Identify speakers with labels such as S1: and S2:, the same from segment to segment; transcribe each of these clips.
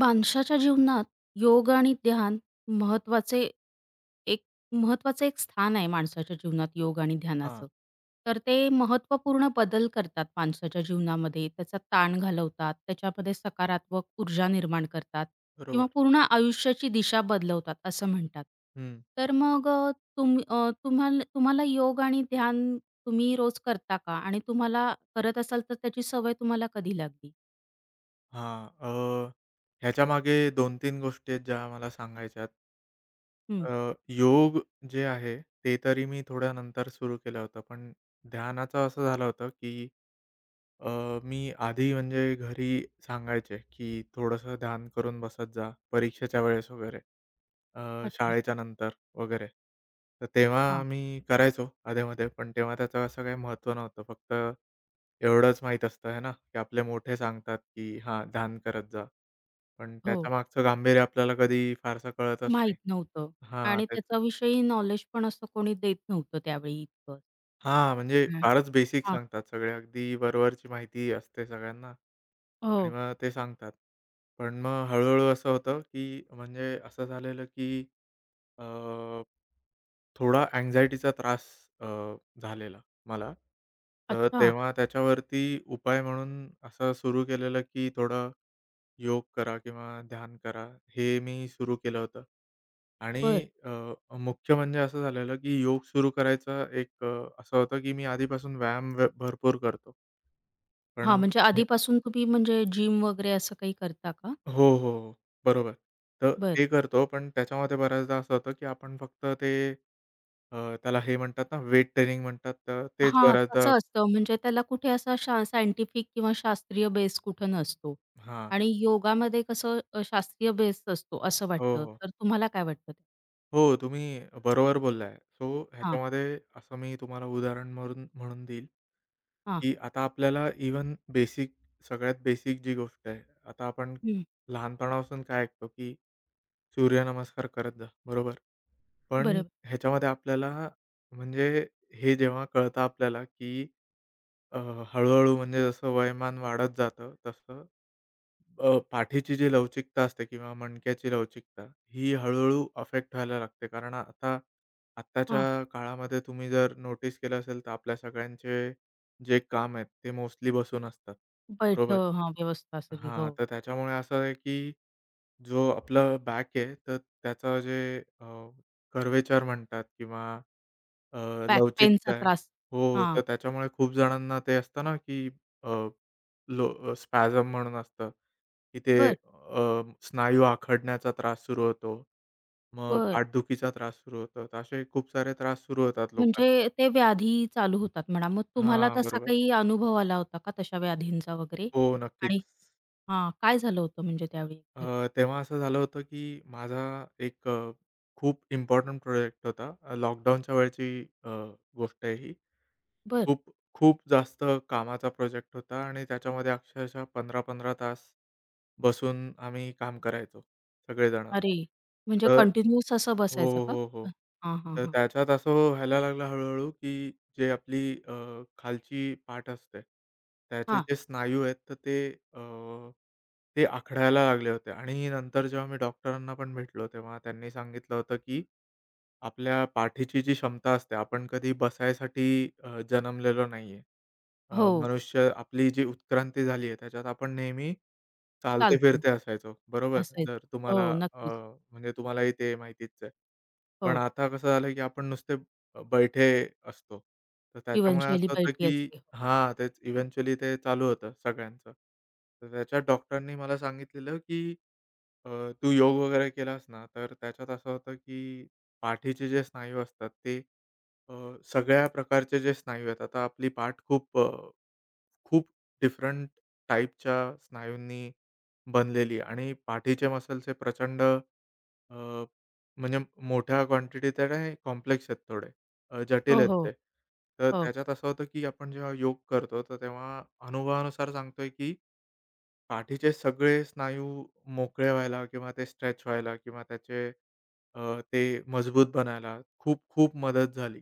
S1: माणसाच्या जीवनात योग आणि ध्यान महत्त्वाचे एक महत्त्वाचं एक स्थान आहे माणसाच्या जीवनात योग आणि
S2: हां,
S1: ध्यानाचं. तर ते महत्त्वपूर्ण बदल करतात माणसाच्या जीवनामध्ये. त्याचा ताण घालवतात, त्याच्यामध्ये सकारात्मक ऊर्जा निर्माण करतात
S2: बरोबर.
S1: किंवा पूर्ण आयुष्याची दिशा बदलवतात असं म्हणतात.
S2: हं.
S1: तर मग तुम अ, तुम्हाल तुम्हाला योग आणि ध्यान तुम्ही रोज करता का? आणि तुम्हाला करत असाल तर त्याची सवय तुम्हाला कधी लागली?
S2: हां. ह्याच्यामागे 2-3 गोष्टी आहेत ज्या मला सांगायच्यात.
S1: हं.
S2: अ, योग जे आहे, ते तरी मी थोड्या नंतर सुरू केलं होतं. पण ध्यानाचं असं झालं होतं, की अ, मी आधी म्हणजे घरी सांगायचे, की थोडंसं ध्यान करून बसत जा परीक्षेच्या वेळेस वगैरे, अ,
S1: अच्छा.
S2: शाळेच्या नंतर. वगैरे. तर तेव्हा
S1: हां.
S2: मी करायचो अधेमधे, पण तेव्हा त्याचं असं काही महत्त्व नव्हतं. फक्त एवढंच माहीत असतं आहे ना, की आपले मोठे सांगतात, की हां, ध्यान करत जा. पण
S1: हो.
S2: त्याच्यामागचं गांभीर्य आपल्याला कधी फारसं कळतच
S1: माहीत
S2: नाही.
S1: नव्हतं
S2: हां,
S1: आणि
S2: तेच.
S1: त्याच्याविषयी नॉलेज पण असं कोणी देत नव्हतं त्यावेळी इतकं.
S2: हां, म्हणजे
S1: हां,
S2: फारच बेसिक
S1: हां.
S2: सांगतात सगळे. अगदी वरवरची माहिती असते सगळ्यांना आणि
S1: हो.
S2: मग ते सांगतात. पण मग हळू असं होतं, की म्हणजे असं झालेलं, की अ थोडा अँक्झाइटीचा त्रास अ, झालेला मला. तर
S1: अच्छा.
S2: तेव्हा त्याच्यावरती उपाय म्हणून असं सुरू केलेलं, की थोडं योग करा किंवा ध्यान करा, हे मी सुरू केलं होतं. आणि
S1: बरं.
S2: मुख्य म्हणजे असं झालेलं, की योग सुरू करायचं एक असं होतं, की मी आधीपासून व्यायाम व भरपूर करतो.
S1: हां,
S2: पण
S1: म्हणजे
S2: हे
S1: आधीपासून तुम्ही म्हणजे जिम वगैरे असं काही करता का?
S2: हो, हो, हो. बरोबर. तर
S1: बरं.
S2: ते करतो, पण त्याच्यामध्ये बऱ्याचदा असं होतं, की आपण फक्त ते त्याला हे म्हणतात ना, वेट ट्रेनिंग म्हणतात, तर तेच
S1: हां,
S2: बऱ्याचदा
S1: तसं असतं म्हणजे त्याला कुठे असा सायंटिफिक किंवा शास्त्रीय बेस कुठं नसतो
S2: हां.
S1: आणि योगामध्ये कसं शास्त्रीय बेस असतो असं
S2: हो,
S1: वाटतं.
S2: हो.
S1: तर तुम्हाला काय वाटतं?
S2: हो, तुम्ही बरोबर बोललाय. सो
S1: हां,
S2: ह्याच्यामध्ये असं मी तुम्हाला उदाहरण म्हणून म्हणून देईल,
S1: हां.
S2: की आता आपल्याला इवन बेसिक सगळ्यात बेसिक जी गोष्ट आहे, आता आपण
S1: हं.
S2: लहानपणापासून काय ऐकतो, की सूर्यनमस्कार करत जा, बरोबर? पण
S1: बरोबर.
S2: ह्याच्यामध्ये आपल्याला म्हणजे हे जेव्हा कळतं आपल्याला, की अ, हळू-हळू म्हणजे जसं वयोमान वाढत जातं, तसं पाठीची जी लवचिकता असते किंवा मणक्याची लवचिकता, ही हळू-हळू अफेक्ट व्हायला लागते. कारण आत्ताच्या
S1: हां.
S2: काळामध्ये तुम्ही जर नोटीस केलं असेल, तर आपल्या सगळ्यांचे जे काम आहेत, ते मोस्टली बसून असतात.
S1: बैठ
S2: बरोबर?
S1: हां, व्यवस्था सगळी. हो.
S2: हां, तर त्याच्यामुळे असं आहे, की जो आपलं बॅक आहे, तर त्याचं जे अ, कर्व्हेचर म्हणतात किंवा अ,
S1: बॅक
S2: लवचिकता
S1: पेनचा
S2: आहे.
S1: त्रास.
S2: हो,
S1: हां.
S2: तर त्याच्यामुळे खूप जणांना ते असतं ना, की अ, लो स्पॅझम म्हणून असतं, की ते
S1: बरं,
S2: स्नायू आखडण्याचा त्रास सुरू होतो. मग
S1: बरं.
S2: पाठदुखीचा त्रास सुरू होतो. तर असे खूप सारे त्रास सुरू होतात लोकांना.
S1: म्हणजे ते व्याधी चालू होतात म्हणा. मग तुम्हाला
S2: हां,
S1: तसा
S2: बरोबर.
S1: काही अनुभव आला होता का तशा व्याधींचा वगैरे?
S2: हो, नक्कीच.
S1: आणि हां, काय झालं होतं म्हणजे त्यावेळी एक्झॅक्ट?
S2: तेव्हा असं झालं होतं, की माझा एक खूप इम्पोर्टंट प्रोजेक्ट होता. लॉकडाऊनच्या वेळची गोष्ट आहे ही.
S1: बरं.
S2: खूप, खूप जास्त कामाचा प्रोजेक्ट होता आणि त्याच्यामध्ये अक्षरशः 15-15 तास बसून आम्ही काम करायचो सगळेजण.
S1: अरे! म्हणजे
S2: तर
S1: कंटिन्यूअस असं
S2: हो,
S1: बसायचं
S2: हो,
S1: का?
S2: हो. हो.
S1: हां, हां,
S2: तर
S1: हां.
S2: त्याच्यात असं व्हायला लागलं हळू की जे आपली अ, खालची पाठ असते, त्याचे
S1: हां.
S2: जे स्नायू आहेत तर ते अ, ते आखडायला लागले होते आणि नंतर जेव्हा मी डॉक्टरांना पण भेटलो, तेव्हा त्यांनी सांगितलं होतं, की आपल्या पाठीची जी क्षमता असते, आपण कधी बसायसाठी जन्मलेलो नाहीये.
S1: हो,
S2: मनुष्य आपली जी उत्क्रांती झाली आहे, त्याच्यात आपण नेहमी
S1: चालतो
S2: चालते-फिरते असायचो, बरोबर? जर
S1: असायचं.
S2: तुम्हाला
S1: हो, नक्कीच.
S2: म्हणजे तुम्हालाही ते माहितीच आहे. पण
S1: हो,
S2: आता कसं झालं, की आपण नुसते बैठे असतो. तर त्याच्यामुळे
S1: जीवनशैली
S2: असं होतं,
S1: बैठी
S2: की
S1: असते.
S2: हां, तेच इव्हेंच्युअली ते चालू होतं सगळ्यांचं. तर त्याच्यात डॉक्टरांनी मला सांगितलेलं, की अ, तू योग वगैरे केलास ना, तर त्याच्यात असं होतं, की पाठीचे जे स्नायू असतात ते अ, सगळ्या प्रकारचे जे स्नायू आहेत, आता आपली पाठ खूप खूप डिफरंट टाइपच्या स्नायूंनी बनलेली आहे आणि पाठीचे मसल्स हे प्रचंड अ, म्हणजे मोठ्या क्वांटिटीत आहे कॉम्प्लेक्स आहेत थोडे. जटिल
S1: हो,
S2: आहेत
S1: हो,
S2: ते. तर
S1: हो.
S2: त्याच्यात असं होतं की आपण जेव्हा योग करतो, तर तेव्हा अनुभवानुसार सांगतोय की पाठीचे सगळे स्नायू मोकळे व्हायला किंवा ते स्ट्रेच व्हायला किंवा त्याचे ते मजबूत बनायला खूप खूप मदत झाली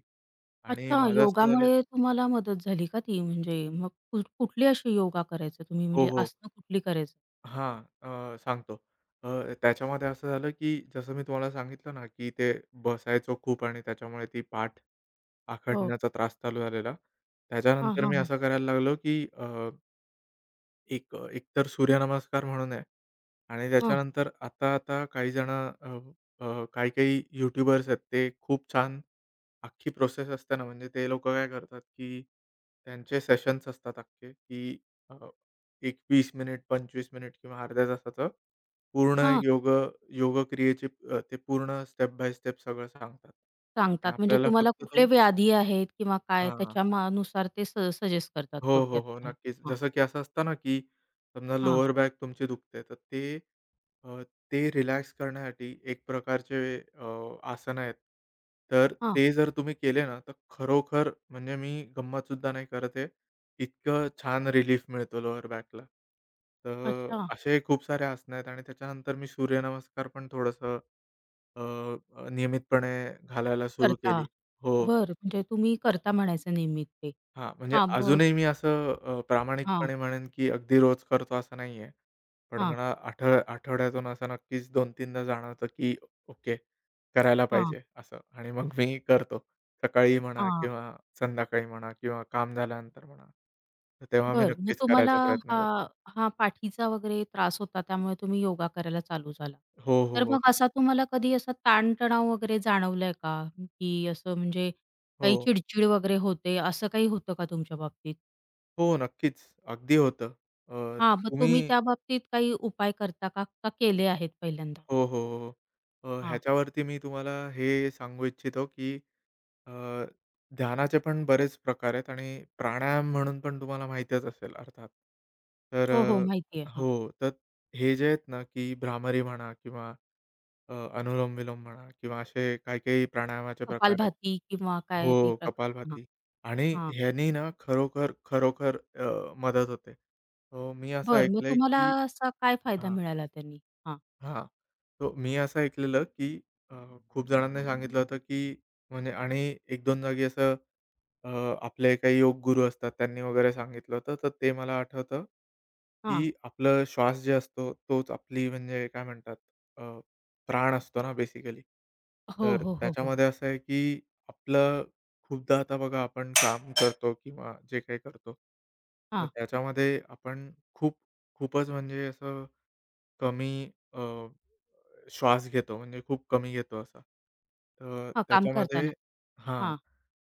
S2: आणि
S1: अच्छा,
S2: माझं असं झालं
S1: योगामुळे तुम्हाला मदत झाली का ती? म्हणजे मग कुठली अशी योगा करायचं तुम्ही?
S2: हो,
S1: म्हणजे
S2: हो.
S1: आसनं कुठली करायचं?
S2: हां, सांगतो. अ, त्याच्यामध्ये असं झालं, की जसं मी तुम्हाला सांगितलं ना, की ते बसायचो खूप आणि त्याच्यामुळे ती पाठ
S1: हो.
S2: आखडण्याचा त्रास चालू झालेला.
S1: हां,
S2: त्याच्यानंतर
S1: हां,
S2: मी
S1: हां.
S2: असं करायला लागलो, की एक तर सूर्यनमस्कार म्हणून आहे आणि
S1: हां,
S2: त्याच्यानंतर आता, काही-काही यूट्यूबर्स आहेत, ते खूप छान अख्खी प्रोसेस असते ना, म्हणजे ते लोकं काय करतात, की त्यांचे सेशन्स असतात अख्खे, की अ, एक 20 मिनिट, 25 मिनिट किंवा अर्ध्या तासाचं पूर्ण
S1: हां.
S2: योग योग क्रियेची ते पूर्ण स्टेप बाय स्टेप सगळं सांगतात
S1: सांगतात
S2: आणि
S1: म्हणजे
S2: आपल्याला
S1: तुम्हाला
S2: फक्त
S1: कुठले
S2: तो
S1: व्याधी आहेत किंवा काय
S2: हां.
S1: त्याच्या नुसार ते सजेस्ट करतात
S2: हो, हो,
S1: थोडक्यात
S2: हो.
S1: तुम्हाला.
S2: नक्कीच.
S1: हां,
S2: जसं की असं असतं ना, की समजा
S1: हां,
S2: लोअर बॅक तुमची दुखते, तर ते अ, रिलॅक्स करण्यासाठी एक प्रकारचे आसनं आहेत. तर
S1: हां.
S2: ते जर तुम्ही केले ना, तर खरोखर म्हणजे मी गंमतसुद्धा नाही करत आहे, इतकं छान रिलीफ मिळतो लोअर बॅकला. तर
S1: अच्छा,
S2: असे खूप सारे आसनं आहेत आणि त्याच्यानंतर मी सूर्यनमस्कार पण थोडंसं अ, अ, नियमितपणे घालायला सुरू
S1: करता.
S2: केली. हो.
S1: बरं म्हणजे तुम्ही करता म्हणायचं नेहमी ते.
S2: हां, म्हणजे
S1: हां, मग
S2: अजूनही मी असं
S1: हां,
S2: प्रामाणिकपणे म्हणेन, की अगदी रोज करतो असं नाहीये. पण
S1: हां,
S2: मला आठवड्यातून असं नक्कीच 2-3 दा जाणवतं, की ओके, करायला
S1: हां,
S2: पाहिजे असं आणि मग मी करतो. सकाळी म्हणा
S1: हां.
S2: किंवा संध्याकाळी म्हणा किंवा काम झाल्यानंतर म्हणा. तर तेव्हा मी
S1: बरं मग
S2: नक्कीच
S1: तुम्हाला
S2: करायचा प्रयत्न करतो.
S1: हां, हां, पाठीचा वगैरे त्रास होता त्यामुळे तुम्ही योगा करायला चालू झाला.
S2: हो, हो,
S1: तर
S2: हो.
S1: मग असा तुम्हाला कधी असा ताणतणाव वगैरे जाणवलाय का? की असं म्हणजे
S2: हो,
S1: काही चिडचिड वगैरे होते असं काही होतं का तुमच्या बाबतीत?
S2: हो, नक्कीच. अगदी होतं. अ,
S1: हां, मग
S2: तुम्ही
S1: तुम्ही त्याबाबतीत काही उपाय करता का? का केले आहेत पहिल्यांदा?
S2: हो, हो, हो, हो.
S1: हां.
S2: ह्याच्यावरती मी तुम्हाला हे सांगू इच्छितो, की अ, ध्यानाचे पण बरेच प्रकार आहेत आणि प्राणायाम म्हणून पण तुम्हाला माहितीच असेल अर्थात. तर
S1: हो, हो, माहिती आहे. हां.
S2: हो, तर हे जे आहेत ना, की भ्रामरी म्हणा किंवा अनुलोम-विलोम म्हणा किंवा असे काही-काही प्राणायामाचे प्रकार आहेत.
S1: कपालभाती किंवा काय ते
S2: हो,
S1: प्रकार? हां,
S2: कपालभाती आणि
S1: हां.
S2: ह्यानी ना खरोखर, खरोखर मदत होते. हो, मी असं
S1: बरं मग
S2: ऐकलंय,
S1: तुम्हाला
S2: की
S1: असा काय फायदा
S2: हां,
S1: मिळाला त्यांनी? हां,
S2: हां. तो मी असं ऐकलेलं, की अ, खूप जणांनी सांगितलं होतं, की म्हणजे आणि 1-2 जागी असं अ, आपले काही योग गुरु असतात त्यांनी वगैरे सांगितलं होतं. तर ते मला आठवतं,
S1: हां.
S2: की आपला श्वास जे असतो तोच आपली म्हणजे काय म्हणतात अ, प्राण असतो ना बेसिकली.
S1: हो,
S2: तर
S1: हो, हो, हो.
S2: त्याच्यामध्ये असं आहे, की आपलं खूपदा आता बघा आपण काम करतो किंवा जे काही करतो. तर
S1: हां,
S2: त्याच्यामध्ये आपण खूपच म्हणजे असं कमी श्वास घेतो म्हणजे खूप कमी घेतो असा. तर
S1: हां, काम
S2: त्याच्यामध्ये
S1: करताना.
S2: हां.
S1: हां,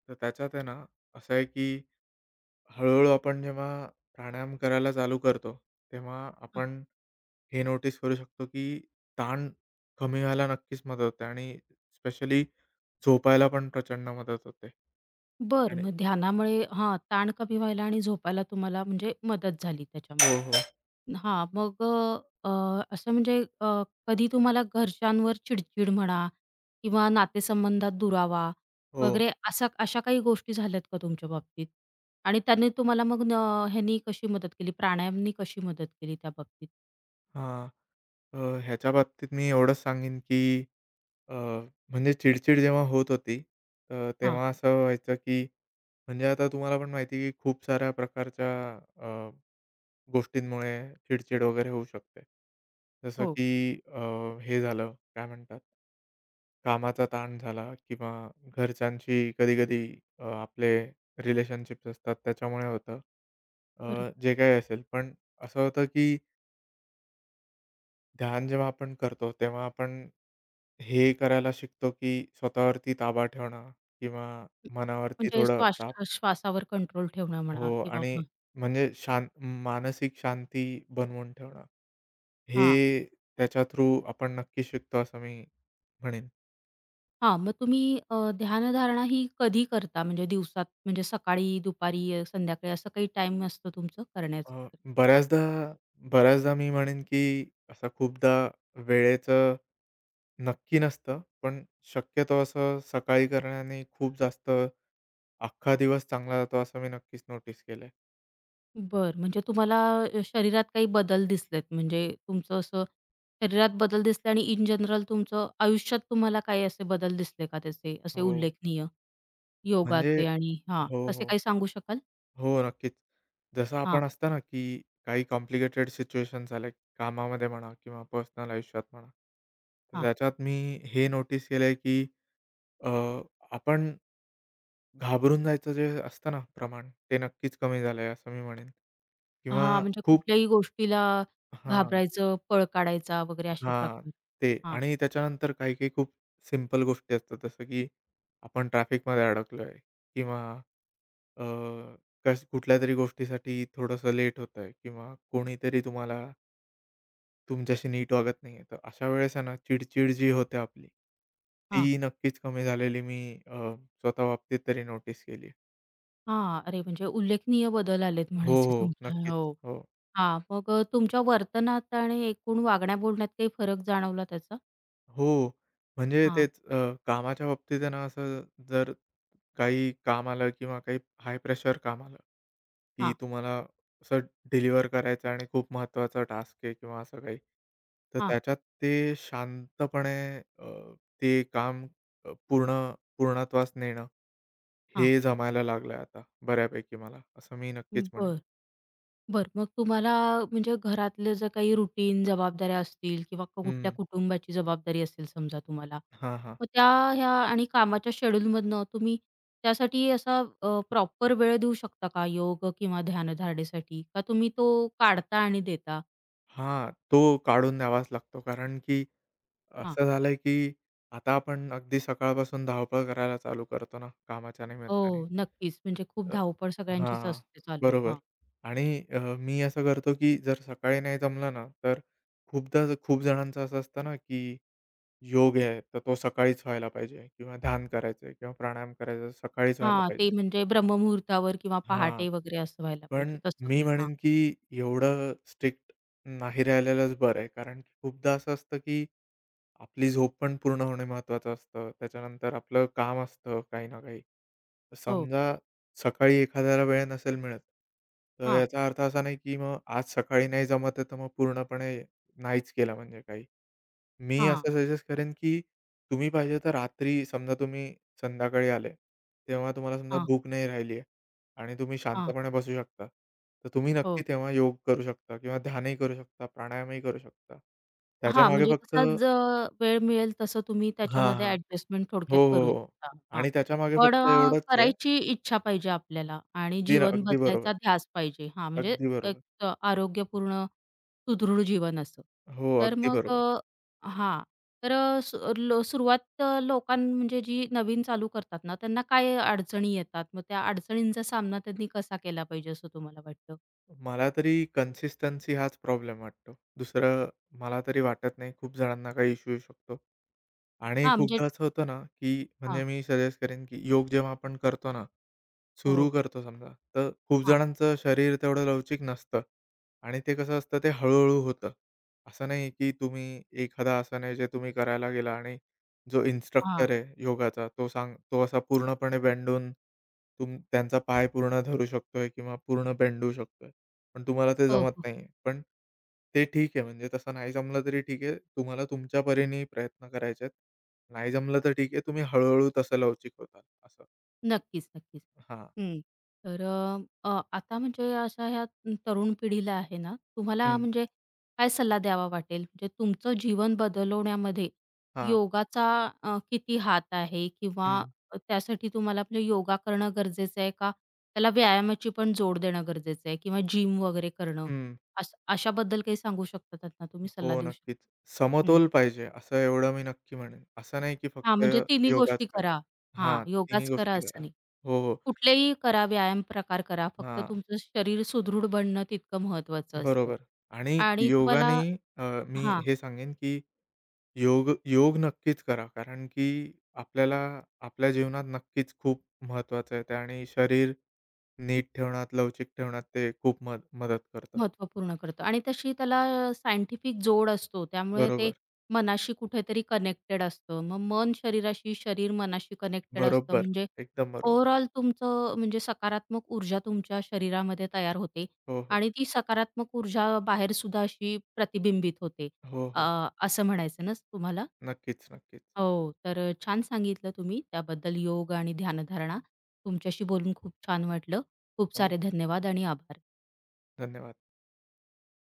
S2: तर त्याच्यात आहे ना, असं आहे की हळू-हळू आपण जेव्हा प्राणायाम करायला चालू करतो, तेव्हा
S1: हां.
S2: आपण हे नोटीस करू शकतो की ताण कमी व्हायला नक्कीच मदत होते आणि स्पेशली झोपायला पण प्रचंड मदत होते.
S1: बरं
S2: आणि
S1: मग ध्यानामुळे हां, ताण कमी व्हायला आणि झोपायला तुम्हाला म्हणजे मदत झाली
S2: हो,
S1: त्याच्यामुळे.
S2: हो,
S1: हां, मग अ, अ, असं म्हणजे कधी तुम्हाला घरच्यांवर चिडचिड म्हणा किंवा नातेसंबंधात दुरावा
S2: हो.
S1: वगैरे असा अशा काही गोष्टी झाल्यात का तुमच्या बाबतीत? आणि त्यांनी तुम्हाला मग न ह्यांनी कशी मदत केली? प्राणायामनी कशी मदत केली त्या बाबतीत?
S2: हां. अ, ह्याच्या बाबतीत मी एवढंच सांगेन की अ, म्हणजे चिडचिड जेव्हा होत होती, तर
S1: हां,
S2: तेव्हा असं व्हायचं की म्हणजे आता तुम्हाला पण माहिती आहे, की खूप साऱ्या प्रकारच्या अ, गोष्टींमुळे चिड-चिड वगैरे होऊ शकते. जसं
S1: हो,
S2: की हे झालं, काय म्हणतात, कामाचा ताण झाला किंवा घरच्यांशी कधी-कधी आपले रिलेशनशिप्स असतात त्याच्यामुळे होतं.
S1: बरोबर.
S2: जे काही असेल पण असं होतं, की ध्यान जेव्हा आपण करतो तेव्हा आपण हे करायला शिकतो, की स्वतःवरती ताबा ठेवणं किंवा मनावरती
S1: म्हणजे
S2: थोडं ताबा
S1: श्वासावर कंट्रोल ठेवणं
S2: हो
S1: म्हणा किंवा
S2: आणि
S1: मग
S2: म्हणजे मानसिक शांती बनवून ठेवणं,
S1: हां,
S2: हे त्याच्या थ्रू आपण नक्की शिकतो असं मी म्हणेन.
S1: हां, मग तुम्ही ध्यानधारणा ही कधी करता? म्हणजे दिवसात म्हणजे सकाळी, दुपारी, संध्याकाळी असं काही टाईम असतो तुमचं करण्याचं?
S2: अ, बऱ्याचदा बऱ्याचदा मी म्हणेन, की असं खूपदा वेळेचं नक्की नसतं, पण शक्यतो असं सकाळी करण्याने खूप जास्त अख्खा दिवस चांगला जातो असं मी नक्कीच नोटीस केलंय.
S1: बरं. म्हणजे तुम्हाला शरीरात काही बदल दिसलेत. म्हणजे तुमचं असं शरीरात बदल दिसले आणि इन जनरल तुमचं आयुष्यात तुम्हाला काही असे बदल दिसले का त्याचे असे
S2: हो,
S1: उल्लेखनीय?
S2: म्हणजे
S1: योगाचे आणि हां,
S2: हो,
S1: असे
S2: हो.
S1: काही सांगू शकाल?
S2: हो, नक्कीच. जसं
S1: हां,
S2: आपण असतं ना, की काही कॉम्प्लिकेटेड सिच्युएशन्स आल्या कामामध्ये म्हणा किंवा पर्सनल आयुष्यात म्हणा. तर
S1: हां.
S2: त्याच्यात मी हे नोटीस केलंय, की अ, आपण घाबरून जायचं जे असतं ना प्रमाण, ते नक्कीच कमी झालंय असं मी म्हणेन.
S1: हां,
S2: किंवा
S1: म्हणजे
S2: खूप
S1: कुठल्याही गोष्टीला
S2: हां,
S1: घाबरायचं, पळ काढायचा वगैरे असे
S2: हां.
S1: प्रकार.
S2: ते
S1: हां,
S2: आणि त्याच्यानंतर काही-काही खूप सिंपल गोष्टी असतात. जसं की आपण ट्रॅफिकमध्ये अडकलोय किंवा अ, कस कुठल्यातरी गोष्टीसाठी थोडंसं लेट होतंय किंवा कोणीतरी तुमच्याशी नीट वागत नाहीये. तर अशा वेळेस आहे ना, चिडचिड जी होते आपली,
S1: हां,
S2: ती नक्कीच कमी झालेली मी अ, स्वतः बाबतीत तरी नोटीस केली.
S1: हां. अरे, म्हणजे उल्लेखनीय बदल आलेत
S2: हो,
S1: म्हणायचे
S2: हो.
S1: तुमच्या.
S2: नक्कीच.
S1: हो.
S2: हो.
S1: हां, मग तुमच्या वर्तनात आणि एकूण वागण्या-बोलण्यात काही फरक जाणवला त्याचा?
S2: हो. म्हणजे
S1: हां,
S2: तेच कामाच्या बाबतीत आहे ना, असं जर काही काम आलं किंवा काही हाय प्रेशर काम आलं, की
S1: हां,
S2: तुम्हाला असं डिलिव्हर करायचं आणि खूप महत्त्वाचा टास्क आहे किंवा असं काही. तर
S1: हां,
S2: त्याच्यात ते शांतपणे अ, ते काम अ, पूर्ण पूर्णत्वास नेणं
S1: हां.
S2: हे जमायला लागलं आता बऱ्यापैकी मला, असं मी नक्कीच म्हणेन.
S1: बरं, बरं. मग तुम्हाला म्हणजे घरातलं जर काही रुटीन जबाबदाऱ्या असतील किंवा कुठल्या
S2: हं.
S1: कुटुंबाची जबाबदारी असेल समजा तुम्हाला,
S2: हां, हां.
S1: मग त्या ह्या आणि कामाच्या शेड्यूलमधनं तुम्ही त्यासाठी असा प्रॉपर वेळ देऊ शकता का योग किंवा ध्यानधारणेसाठी? का तुम्ही तो काढता आणि देता?
S2: हां. तो काढून द्यावाच लागतो कारण की
S1: हां.
S2: असं झालंय, की आता आपण अगदी सकाळपासून धावपळ करायला चालू करतो ना, कामाच्या निमित्ताने.
S1: हो, नक्कीच. म्हणजे खूप
S2: अ,
S1: धावपळ सगळ्यांचीच
S2: हां,
S1: असते चालू.
S2: बरोबर.
S1: हां.
S2: आणि मी असं करतो, की जर सकाळी नाही जमलं ना, तर खूपदा खूप जणांचं असं असतं ना, की योग आहे, तर तो सकाळीच व्हायला पाहिजे किंवा ध्यान करायचंय किंवा प्राणायाम करायचा सकाळीच व्हायला
S1: हां, ते
S2: पाहिजे.
S1: म्हणजे ब्रह्ममुहूर्तावर किंवा
S2: हां,
S1: पहाटे वगैरे असं व्हायला
S2: पण
S1: पाहिजे तसं
S2: मी
S1: काही. हां.
S2: म्हणेन, की एवढं स्ट्रिक्ट नाही राहिलेलंच बरं आहे. कारण की खूपदा असं असतं, की आपली झोप पण पूर्ण होणे महत्त्वाचं असतं. त्याच्यानंतर आपलं काम असतं काही ना काही. तर
S1: हो.
S2: समजा सकाळी एखाद्याला वेळ नसेल मिळत, तर
S1: हां,
S2: याचा अर्थ असा नाही, की मग आज सकाळी नाही जमत आहे, तर मग पूर्णपणे नाहीच केलं म्हणजे काही. मी
S1: हां,
S2: असं सजेस्ट करेन, की तुम्ही पाहिजे तर रात्री समजा तुम्ही संध्याकाळी आले, तेव्हा तुम्हाला समजा
S1: हां,
S2: भूक नाही राहिली आहे आणि तुम्ही
S1: हां.
S2: शांतपणे बसू शकता. तर तुम्ही
S1: हो.
S2: नक्की तेव्हा योग करू शकता किंवा ध्यानही करू शकता, प्राणायामही करू शकता.
S1: हां,
S2: त्याच्यामागे
S1: म्हणजे
S2: फक्त
S1: कसा ज वेळ मिळेल तसं तुम्ही
S2: हां,
S1: त्याच्यामध्ये
S2: हां.
S1: ॲडजस्टमेंट
S2: हो,
S1: थोडक्यात
S2: हो,
S1: करू
S2: हो.
S1: शकता. हां.
S2: आणि त्याच्यामागे
S1: पण
S2: फक्त एवढंच आहे.
S1: करायची इच्छा पाहिजे आपल्याला आणि
S2: अगदी, ना,
S1: जीवन
S2: अगदी
S1: बदलायचा
S2: बरोबर.
S1: ध्यास पाहिजे. हां, म्हणजे
S2: अगदी
S1: एक
S2: बरोबर.
S1: आरोग्यपूर्ण सुदृढ जीवन असं.
S2: हो,
S1: तर
S2: अगदी
S1: मग
S2: बरोबर.
S1: हां. तर अ, सु लो सुरुवात लोकां म्हणजे जी नवीन चालू करतात ना, त्यांना काय अडचणी येतात? मग त्या अडचणींचा सामना त्यांनी कसा केला पाहिजे असं तुम्हाला वाटतं?
S2: मला तरी कन्सिस्टन्सी हाच प्रॉब्लेम वाटतो. दुसरं मला तरी वाटत नाही खूप जणांना काही इश्यू येऊ शकतो. आणि
S1: हां, म्हणजे
S2: खूपदा असं होतं ना, की
S1: हां.
S2: म्हणजे मी सजेस्ट करेन, की योग जेव्हा आपण करतो ना, सुरू
S1: हो.
S2: करतो समजा, तर खूप
S1: हां,
S2: जणांचं शरीर तेवढं लवचिक नसतं आणि ते कसं असतं ते हळू होतं. असं नाही, की तुम्ही एखादं आसन आहे जे तुम्ही करायला गेला आणि जो
S1: हां.
S2: इन्स्ट्रक्टर आहे योगाचा तो असा पूर्णपणे बेंडून त्यांचा पाय पूर्ण धरू शकतोय किंवा पूर्ण बेंडू शकतोय. पण तुम्हाला ते
S1: हो,
S2: जमत
S1: हो.
S2: नाहीये. पण ते ठीक आहे म्हणजे तसं नाही जमलं तरी ठीक आहे. तुम्हाला तुमच्या परीने प्रयत्न करायचे आहेत. नाही जमलं तर ठीक आहे. तुम्ही हळू तसं लवचिक होताल असं.
S1: नक्कीच, नक्कीच.
S2: हां.
S1: हं. तर अ, अ, आता म्हणजे अशा ह्या तरुण पिढीला आहे ना, तुम्हाला
S2: हं.
S1: म्हणजे काय सल्ला द्यावा वाटेल? म्हणजे तुमचं जीवन बदलवण्यामध्ये
S2: हां.
S1: योगाचा किती हात आहे? किंवा
S2: हं.
S1: त्यासाठी तुम्हाला म्हणजे योगा करणं गरजेचं आहे का? त्याला व्यायामाची पण जोड देणं गरजेचं आहे किंवा जिम वगैरे करणं,
S2: हं.
S1: असं अशाबद्दल काही सांगू शकता त्यांना तुम्ही सल्ला
S2: हो,
S1: देऊ शकता?
S2: नक्कीच. समतोल पाहिजे असं एवढं मी नक्की म्हणेन. असं नाही की
S1: हां,
S2: फक्त
S1: म्हणजे तिन्ही
S2: योगाच
S1: गोष्टी
S2: करा.
S1: करा. हां,
S2: हां, तिन्ही
S1: योगाच करा
S2: गोष्टी करा.
S1: असं नाही.
S2: हो, हो.
S1: कुठलेही करा व्यायाम प्रकार करा. फक्त
S2: हां,
S1: तुमचं शरीर सुदृढ बनणं तितकं महत्वाचं असतं
S2: बरोबर आणि
S1: आणि तुम्हाला
S2: योगाने अ, मी
S1: हां.
S2: हे सांगेन की योग योग नक्कीच करा. कारण की आपल्याला आपल्या जीवनात नक्कीच खूप महत्त्वाचं आहे ते आणि शरीर नीट ठेवण्यात, लवचिक ठेवण्यात ते खूप मदत करतं.
S1: महत्त्व पूर्ण करतं आणि तशी त्याला सायंटिफिक जोड असतो. त्यामुळे ते
S2: बरोबर,
S1: मनाशी कुठेतरी कनेक्टेड असतं. मग मन शरीराशी, शरीर मनाशी कनेक्टेड असतं.
S2: बरोबर.
S1: म्हणजे
S2: एकदम बरोबर.
S1: ओव्हरऑल तुमचं म्हणजे सकारात्मक ऊर्जा तुमच्या शरीरामध्ये तयार होते
S2: हो, हो.
S1: आणि ती सकारात्मक ऊर्जा बाहेर सुद्धा अशी प्रतिबिंबित होते.
S2: हो,
S1: अ,
S2: हो.
S1: असं म्हणायचं ना तुम्हाला?
S2: नक्कीच, नक्कीच.
S1: हो. तर छान सांगितलं तुम्ही त्याबद्दल योग आणि ध्यानधारणा. तुमच्याशी बोलून खूप छान वाटलं. खूप
S2: हो,
S1: सारे धन्यवाद आणि आभार.
S2: धन्यवाद.